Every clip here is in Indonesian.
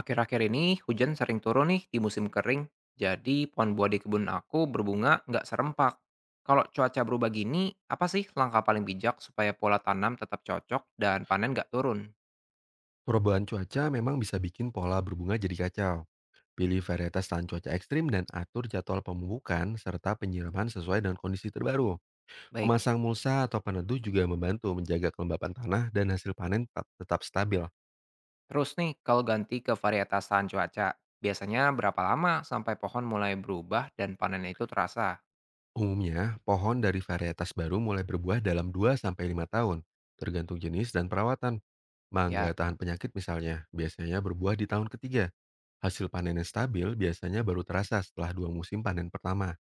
Akhir-akhir ini hujan sering turun nih di musim kering, jadi pohon buah di kebun aku berbunga nggak serempak. Kalau cuaca berubah gini, apa sih langkah paling bijak supaya pola tanam tetap cocok dan panen nggak turun? Perubahan cuaca memang bisa bikin pola berbunga jadi kacau. Pilih varietas tahan cuaca ekstrim dan atur jadwal pemupukan serta penyiraman sesuai dengan kondisi terbaru. Baik, Memasang mulsa atau peneduh juga membantu menjaga kelembapan tanah dan hasil panen tetap stabil. terus nih kalau ganti ke varietas tahan cuaca, biasanya berapa lama sampai pohon mulai berubah dan panen itu terasa? Umumnya, pohon dari varietas baru mulai berbuah dalam 2 sampai 5 tahun, tergantung jenis dan perawatan. Mangga Ya, tahan penyakit misalnya, biasanya berbuah di tahun ketiga. Hasil panen yang stabil biasanya baru terasa setelah dua musim panen pertama.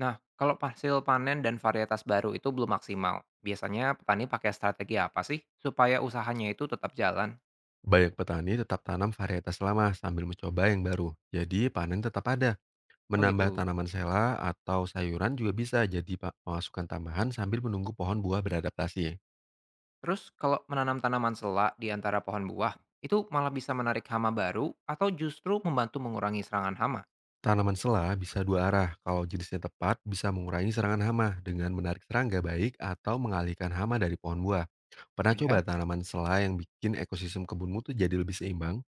nah kalau hasil panen dan varietas baru itu belum maksimal, biasanya petani pakai strategi apa sih supaya usahanya itu tetap jalan? Banyak petani tetap tanam varietas lama sambil mencoba yang baru. Jadi panen tetap ada. Oh Menambah gitu. tanaman sela atau sayuran juga bisa jadi pemasukan tambahan sambil menunggu pohon buah beradaptasi. Terus kalau menanam tanaman selak di antara pohon buah, itu malah bisa menarik hama baru atau justru membantu mengurangi serangan hama. Tanaman sela bisa dua arah. Kalau jenisnya tepat bisa mengurangi serangan hama dengan menarik serangga baik atau mengalihkan hama dari pohon buah. Oh Pernah coba ya? tanaman sela yang bikin ekosistem kebunmu tuh jadi lebih seimbang?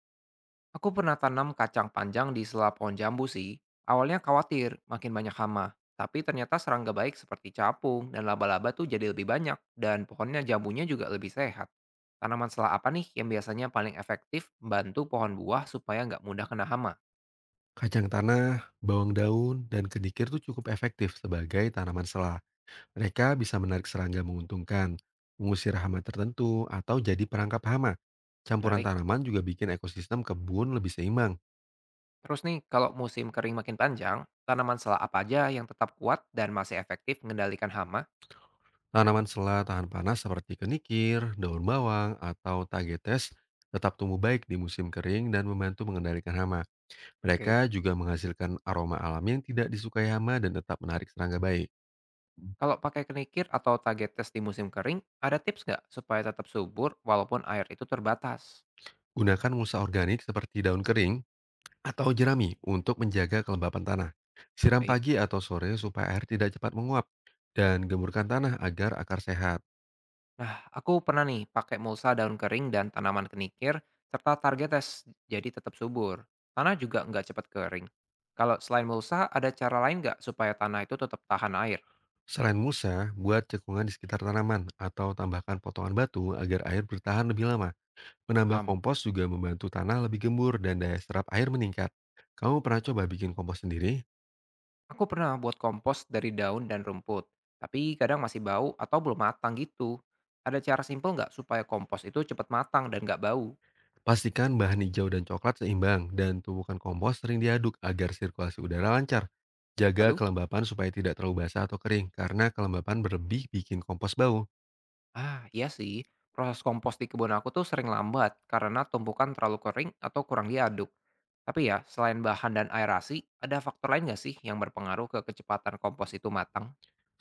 Aku pernah tanam kacang panjang di sela pohon jambu sih. Awalnya khawatir makin banyak hama, tapi ternyata serangga baik seperti capung dan laba-laba tuh jadi lebih banyak dan pohonnya jambunya juga lebih sehat. Tanaman selak apa nih yang biasanya paling efektif membantu pohon buah supaya nggak mudah kena hama? Kacang tanah, bawang daun, dan kedikir tuh cukup efektif sebagai tanaman sela. Mereka bisa menarik serangga menguntungkan, mengusir hama tertentu, atau jadi perangkap hama. Campuran Menarik. tanaman juga bikin ekosistem kebun lebih seimbang. Terus nih, kalau musim kering makin panjang, tanaman selak apa aja yang tetap kuat dan masih efektif mengendalikan hama? Tanaman sela tahan panas seperti kenikir, daun bawang, atau tagetes tetap tumbuh baik di musim kering dan membantu mengendalikan hama. Mereka Oke, juga menghasilkan aroma alami yang tidak disukai hama dan tetap menarik serangga baik. kalau pakai kenikir atau target tes di musim kering, ada tips nggak supaya tetap subur walaupun air itu terbatas? Gunakan musa organik seperti daun kering atau jerami untuk menjaga kelembapan tanah. Siram Baik. pagi atau sore supaya air tidak cepat menguap dan gemburkan tanah agar akar sehat. Nah, aku pernah nih pakai mulsa daun kering dan tanaman kenikir serta target tes, jadi tetap subur. Tanah juga nggak cepat kering. Kalau selain mulsa, ada cara lain nggak supaya tanah itu tetap tahan air? Selain musa, buat cekungan di sekitar tanaman atau tambahkan potongan batu agar air bertahan lebih lama. Menambah Paham. kompos juga membantu tanah lebih gembur dan daya serap air meningkat. Kamu pernah coba bikin kompos sendiri? Aku pernah buat kompos dari daun dan rumput, tapi kadang masih bau atau belum matang gitu. Ada cara simpel nggak supaya kompos itu cepat matang dan nggak bau? Pastikan bahan hijau dan coklat seimbang dan tumpukan kompos sering diaduk agar sirkulasi udara lancar. Jaga Lalu, kelembapan supaya tidak terlalu basah atau kering karena kelembapan berlebih bikin kompos bau. Iya sih, proses kompos di kebun aku tuh sering lambat karena tumpukan terlalu kering atau kurang diaduk. Tapi ya, selain bahan dan aerasi, ada faktor lain nggak sih yang berpengaruh ke kecepatan kompos itu matang?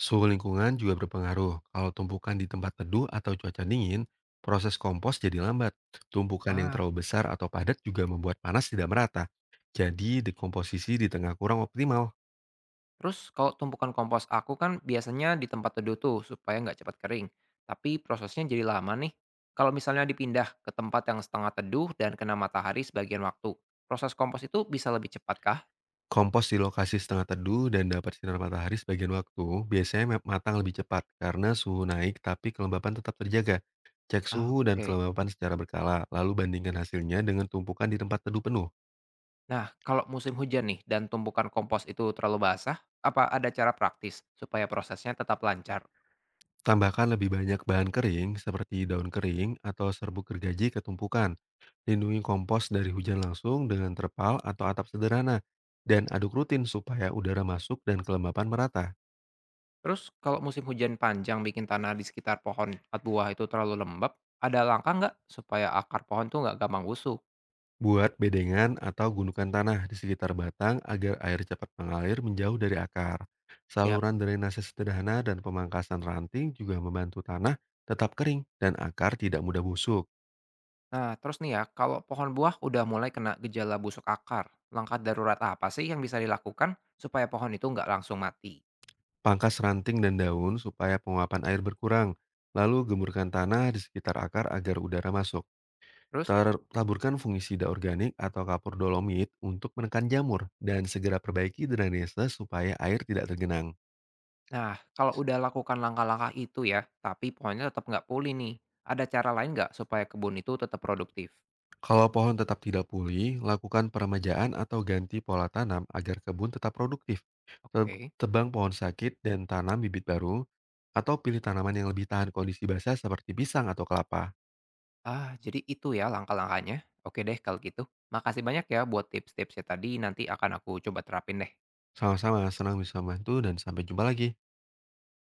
Suhu lingkungan juga berpengaruh. Kalau tumpukan di tempat teduh atau cuaca dingin, proses kompos jadi lambat. Tumpukan yang Ah. terlalu besar atau padat juga membuat panas tidak merata. Jadi dekomposisi di tengah kurang optimal. Terus kalau tumpukan kompos aku kan biasanya di tempat teduh tuh supaya nggak cepat kering. Tapi prosesnya jadi lama nih. Kalau misalnya dipindah ke tempat yang setengah teduh dan kena matahari sebagian waktu, proses kompos itu bisa lebih cepat kah? Kompos di lokasi setengah teduh dan dapat sinar matahari sebagian waktu, biasanya matang lebih cepat karena suhu naik tapi kelembapan tetap terjaga. Cek Ah, suhu dan oke. kelembapan secara berkala, lalu bandingkan hasilnya dengan tumpukan di tempat teduh penuh. Nah, kalau musim hujan nih dan tumpukan kompos itu terlalu basah, apa ada cara praktis supaya prosesnya tetap lancar? Tambahkan lebih banyak bahan kering seperti daun kering atau serbuk gergaji ke tumpukan. Lindungi kompos dari hujan langsung dengan terpal atau atap sederhana dan aduk rutin supaya udara masuk dan kelembapan merata. Terus kalau musim hujan panjang bikin tanah di sekitar pohon atau buah itu terlalu lembab, ada langkah nggak supaya akar pohon tuh nggak gampang busuk? Buat bedengan atau gundukan tanah di sekitar batang agar air cepat mengalir menjauh dari akar. Siap. Saluran drainase sederhana dan pemangkasan ranting juga membantu tanah tetap kering dan akar tidak mudah busuk. Nah, terus nih ya, kalau pohon buah udah mulai kena gejala busuk akar, langkah darurat apa sih yang bisa dilakukan supaya pohon itu nggak langsung mati? Pangkas ranting dan daun supaya penguapan air berkurang. Lalu gemburkan tanah di sekitar akar agar udara masuk. Terus, Taburkan fungisida organik atau kapur dolomit untuk menekan jamur dan segera perbaiki drainase supaya air tidak tergenang. nah kalau udah lakukan langkah-langkah itu ya, tapi pohonnya tetap nggak pulih nih, ada cara lain nggak supaya kebun itu tetap produktif? Kalau pohon tetap tidak pulih, lakukan peremajaan atau ganti pola tanam agar kebun tetap produktif. Te- Oke, Tebang pohon sakit dan tanam bibit baru, atau pilih tanaman yang lebih tahan kondisi basah seperti pisang atau kelapa. ah jadi itu ya langkah-langkahnya. Oke deh kalau gitu. Makasih banyak ya buat tips-tipsnya tadi, nanti akan aku coba terapin deh. Sama-sama, senang bisa membantu dan sampai jumpa lagi.